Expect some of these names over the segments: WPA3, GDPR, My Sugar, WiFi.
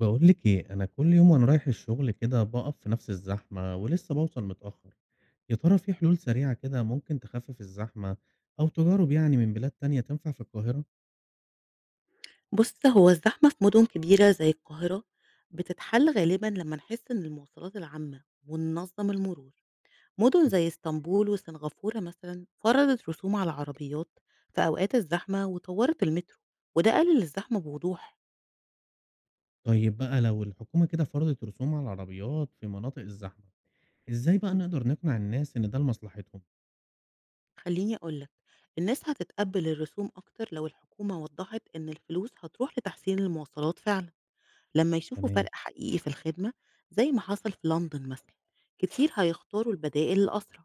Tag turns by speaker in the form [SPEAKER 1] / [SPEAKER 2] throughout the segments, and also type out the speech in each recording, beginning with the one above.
[SPEAKER 1] بقول لك ايه انا كل يوم وانا رايح الشغل كده بقف في نفس الزحمه ولسه بوصل متاخر. يا ترى في حلول سريعه كده ممكن تخفف الزحمه او تجارب يعني من بلاد تانية تنفع في القاهره؟
[SPEAKER 2] بُص، هو الزحمة في مدن كبيرة زي القاهرة بتتحل غالبًا لمّا نحس إن المواصلات العامة وننظم المرور. مدن زي اسطنبول وسنغافورة مثلًا فرضت رسوم على العربيات في أوقات الزحمة وطوّرت المترو، وده قلل الزحمة بوضوح.
[SPEAKER 1] طيب بقى لو الحكومه كده فرضت رسوم على العربيات في مناطق الزحمه ازاي بقى
[SPEAKER 2] إمم.
[SPEAKER 1] نقدر نقنع الناس ان ده لمصلحتهم؟
[SPEAKER 2] خلّيني أقول لك، الناس هتتقبل الرسوم أكتر لو الحكومة وضّحت إن الفلوس هتروح لتحسين المواصلات فعلًا، لمّا يشوفوا
[SPEAKER 1] تمام.
[SPEAKER 2] فرق حقيقي في الخدمة زي ما حصل في لندن مثلًا، كتير هيختاروا البدائل الأسرع.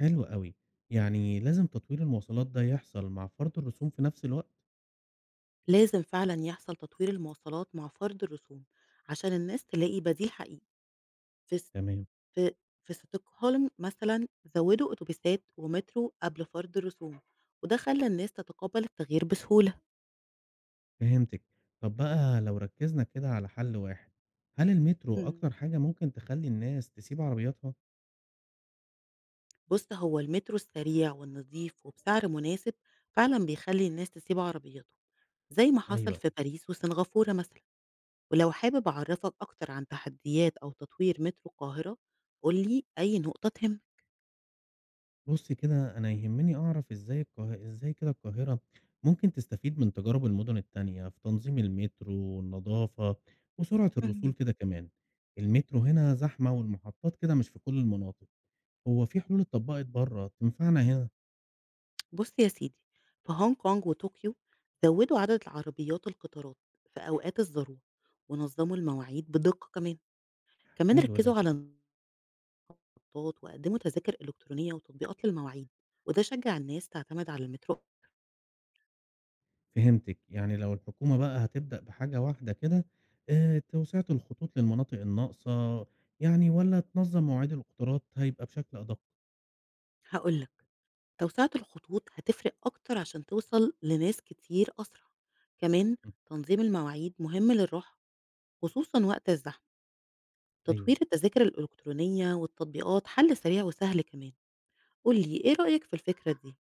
[SPEAKER 1] حلو قوي، يعني لازم تطوير المواصلات ده يحصل مع فرض الرسوم في نفس الوقت.
[SPEAKER 2] لازم فعلًا يحصل تطوير المواصلات مع فرض الرسوم، عشان الناس تلاقي بديل حقيقي. في س
[SPEAKER 1] تمام.
[SPEAKER 2] في في ستوكهولم مثلًا زوّدوا أتوبيسات ومترو قبل فرض الرسوم، وده خلّى الناس تتقبل التغيير بسهولة.
[SPEAKER 1] فهمتِك. طب بقى لو ركّزنا كده على حل واحد، هل المترو
[SPEAKER 2] إمم.
[SPEAKER 1] أكتر حاجة ممكن تخلّي الناس تسيب عربياتها؟
[SPEAKER 2] بُص، هو المترو السريع والنضيف وبسعر مناسب فعلًا بيخلّي الناس تسيب عربياتهم، زي ما حصل
[SPEAKER 1] أيوه.
[SPEAKER 2] في باريس وسنغافورة مثلًا. ولو حابب أعرّفك أكتر عن تحديات أو تطوير مترو القاهرة، قُل لي أي نقطة تهمك.
[SPEAKER 1] بُصّي كده أنا يهمّني أعرف إزاي كده القاهرة ممكن تستفيد من تجارب المدن التانية في تنظيم المترو والنضافة وسرعة الوصول
[SPEAKER 2] مهم.
[SPEAKER 1] كده كمان. المترو هنا زحمة والمحطات كده مش في كل المناطق، هو في حلول اتطبّقت برّه تنفعنا هنا؟
[SPEAKER 2] بُص يا سيدي، في هونج كونج وطوكيو زوّدوا عدد العربيات القطارات في أوقات الذروة، ونظموا المواعيد بدقة كمان. كمان
[SPEAKER 1] حلو ده.
[SPEAKER 2] ركّزوا على النقطات وقدموا تذاكر إلكترونية وتطبيقات للمواعيد، وده شجّع الناس تعتمد على المترو.
[SPEAKER 1] فهمتِك، يعني لو الحكومة بقى هتبدأ بحاجة واحدة كده، توسعة الخطوط للمناطق الناقصة يعني والّا تنظّم مواعيد القطارات هيبقى بشكل أدق؟
[SPEAKER 2] هاقول لك، توسعة الخطوط هتفرق أكتر عشان توصل لناس كتير أسرع. كمان
[SPEAKER 1] إمم،
[SPEAKER 2] تنظيم المواعيد مهم للراحة، خصوصًا وقت الزحمة.
[SPEAKER 1] أيوه،
[SPEAKER 2] تطوير التذاكر الإلكترونية والتطبيقات حل سريع وسهل كمان. قُل لي إيه رأيك في الفكرة دي؟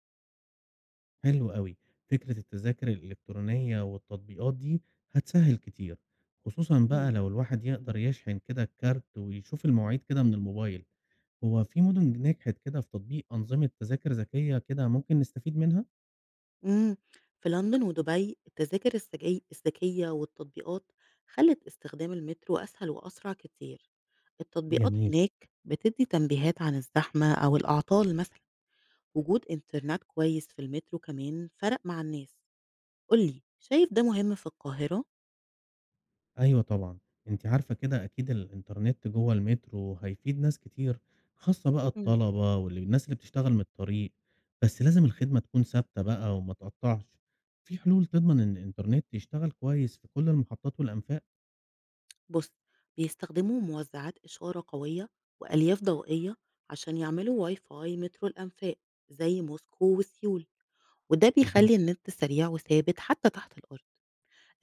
[SPEAKER 1] حلو أوي، فكرة التذاكر الإلكترونية والتطبيقات دي هتسهّل كتير، خصوصًا
[SPEAKER 2] إمم.
[SPEAKER 1] بقى لو الواحد يقدر يشحن كده الكارت ويشوف المواعيد كده من الموبايل، هو في مُدن نجحت كده في تطبيق أنظمة تذاكر ذكية كده ممكن نستفيد منها؟
[SPEAKER 2] إمم، في لندن ودبي التذاكر السجي الذكية والتطبيقات خلّت استخدام المترو أسهل وأسرع كتير، التطبيقات
[SPEAKER 1] جميل.
[SPEAKER 2] هناك بتدّي تنبيهات عن الزحمة أو الأعطال مثلًا، وجود إنترنت كويس في المترو كمان فرق مع الناس، قُل لي شايف ده مهم في القاهرة؟
[SPEAKER 1] أيوه طبعًا، أنتِ عارفة كده أكيد الإنترنت جوّه المترو هيفيد ناس كتير، خاصة بقى
[SPEAKER 2] إمم.
[SPEAKER 1] الطلبة والناس اللي بتشتغل من الطريق، بس لازم الخدمة تكون ثابتة بقى وما تقطّعش، في حلول تضمن إن الإنترنت يشتغل كويس في كل المحطات والأنفاق؟
[SPEAKER 2] بُص بيستخدموا موزعات إشارة قوية وألياف ضوئية عشان يعملوا WiFi مترو الأنفاق زي موسكو وسيول، وده
[SPEAKER 1] اهم.
[SPEAKER 2] بيخلّي النت سريع وثابت حتى تحت الأرض.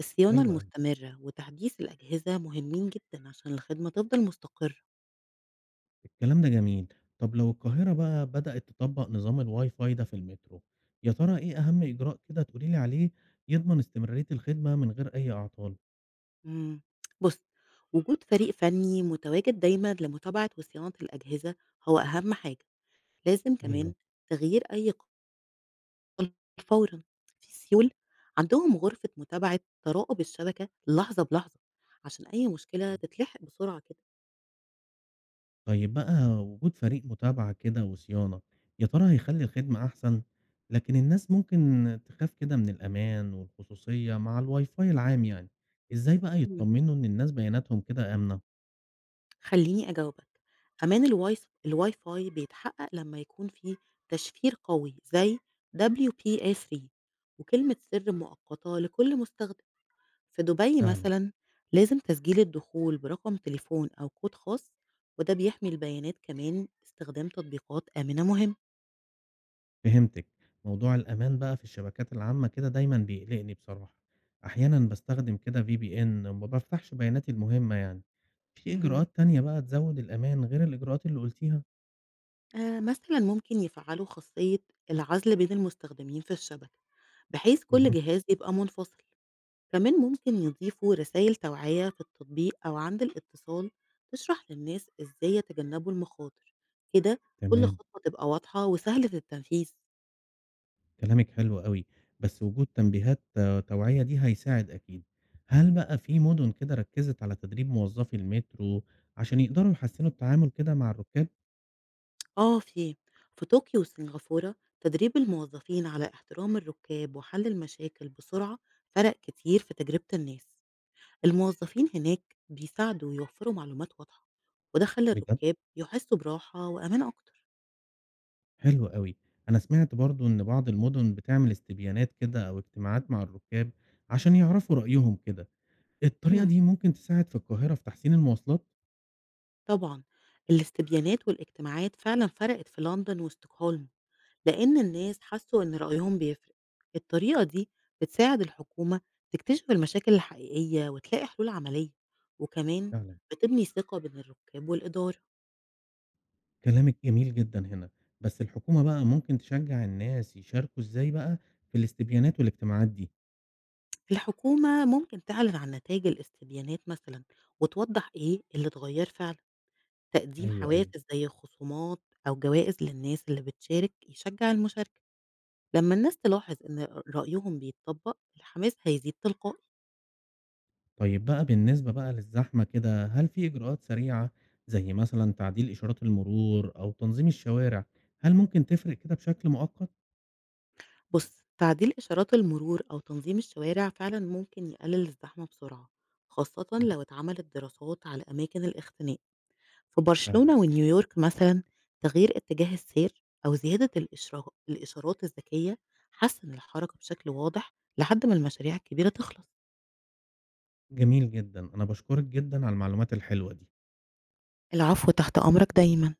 [SPEAKER 2] الصيانة
[SPEAKER 1] حلو أوي،
[SPEAKER 2] المستمرة وتحديث الأجهزة مهمين جدًا عشان الخدمة تفضل مستقرة.
[SPEAKER 1] الكلام ده جميل، طب لو القاهرة بقى بدأت تطبّق نظام الWiFi ده في المترو، يا ترى إيه أهم إجراء كده تقولي لي عليه يضمن استمرارية الخدمة من غير أي أعطال؟
[SPEAKER 2] إمم، بُص، وجود فريق فني متواجد دايمًا لمتابعة وصيانة الأجهزة هو أهم حاجة، لازم
[SPEAKER 1] أيوه.
[SPEAKER 2] كمان تغيير أي قطع فورًا. في سيول عندهم غرفة متابعة تراقب الشبكة لحظة بلحظة عشان أي مشكلة تتلحق بسرعة كده.
[SPEAKER 1] طيب بقى وجود فريق متابعة كده وصيانة يا ترى هيخلي الخدمة أحسن؟ لكن الناس ممكن تخاف كده من الأمان والخصوصية مع الواي فاي العام يعني إزاي بقى يطمنوا إن الناس بياناتهم كده آمنة؟
[SPEAKER 2] خلّيني أجاوبك، أمان الوايس الWiFi بيتحقق لمّا يكون في تشفير قوي زي WPA3 وكلمة سر مؤقتة لكل مستخدم. في دبي
[SPEAKER 1] فعلا.
[SPEAKER 2] مثلًا لازم تسجيل الدخول برقم تليفون أو كود خاص، وده بيحمي البيانات. كمان استخدام تطبيقات آمنة مهم.
[SPEAKER 1] فهمتك. موضوع الأمان بقى في الشبكات العامة كده دايما بيقلقني بصراحة، أحيانا بستخدم كده في بي إن وما بفتحش بياناتي المهمة يعني، في
[SPEAKER 2] اهم.
[SPEAKER 1] إجراءات تانية بقى تزود الأمان غير الإجراءات اللي قلتيها؟
[SPEAKER 2] مثلًا ممكن يفعّلوا خاصية العزل بين المستخدمين في الشبكة، بحيث كل
[SPEAKER 1] مهم.
[SPEAKER 2] جهاز يبقى منفصل. كمان ممكن يضيفوا رسائل توعية في التطبيق أو عند الاتصال تشرح للناس إزاي يتجنبوا المخاطر كده كل
[SPEAKER 1] تمام.
[SPEAKER 2] خطوة تبقى واضحة وسهلة التنفيذ
[SPEAKER 1] كلامِك حلو أوي، بس وجود تنبيهات آه، توعية دي هيساعد أكيد. هل بقى في مدن
[SPEAKER 2] مم.
[SPEAKER 1] كده ركّزت على تدريب موظفي المترو عشان يقدروا يحسّنوا التعامل كده مع الركاب؟
[SPEAKER 2] آه في طوكيو وسنغافورة تدريب الموظفين على احترام الركاب وحل المشاكل بسرعة فرق كتير في تجربة الناس الموظفين هناك بيساعدوا ويوفروا معلومات واضحة وده خلى
[SPEAKER 1] بجد؟
[SPEAKER 2] الركاب يحسوا براحة وأمان أكتر
[SPEAKER 1] حلو أوي. أنا سمعت برضه إن بعض المدن بتعمل استبيانات كده أو اجتماعات مع الركاب عشان يعرفوا رأيهم كده. الطريقة
[SPEAKER 2] مم.
[SPEAKER 1] دي ممكن تساعد في القاهرة في تحسين المواصلات؟
[SPEAKER 2] طبعًا، الاستبيانات والاجتماعات فعلًا فرقت في لندن وستوكهولم، لإن الناس حسوا إن رأيهم بيفرق. الطريقة دي بتساعد الحكومة تكتشف المشاكل الحقيقية وتلاقي حلول عملية، وكمان
[SPEAKER 1] فعلًا،
[SPEAKER 2] بتبني ثقة بين الركاب والإدارة.
[SPEAKER 1] كلامِك جميل جدًا هنا، بس الحكومة بقى ممكن تشجّع الناس يشاركوا إزاي بقى في الاستبيانات والاجتماعات دي؟
[SPEAKER 2] الحكومة ممكن تعلن عن نتايج الاستبيانات مثلًا وتوضح إيه اللي اتغير فعلًا. تقديم
[SPEAKER 1] أيوه، أيوه.
[SPEAKER 2] حوافز زي خصومات أو جوائز للناس اللي بتشارك يشجع المشاركة. لمّا الناس تلاحظ إن رأيهم بيتطبّق، الحماس هيزيد تلقائي.
[SPEAKER 1] طيب بقى بالنسبة بقى للزحمة كده، هل في إجراءات سريعة زي مثلًا تعديل إشارات المرور أو تنظيم الشوارع، هل ممكن تفرق كده بشكل مؤقت؟
[SPEAKER 2] بُص، تعديل إشارات المرور أو تنظيم الشوارع فعلًا ممكن يقلل الزحمة بسرعة، خاصةً
[SPEAKER 1] مم،
[SPEAKER 2] لو اتعملت دراسات على أماكن الاختناق. في
[SPEAKER 1] فعلًا،
[SPEAKER 2] برشلونة ونيويورك مثلًا، تغيير اتجاه السير أو زيادة الإشارات الذكية حسّن الحركة بشكل واضح لحد ما المشاريع الكبيرة تخلص.
[SPEAKER 1] جميل جدًا، أنا باشكرك جدًا على المعلومات الحلوة دي.
[SPEAKER 2] العفو، تحت أمرك دايمًا.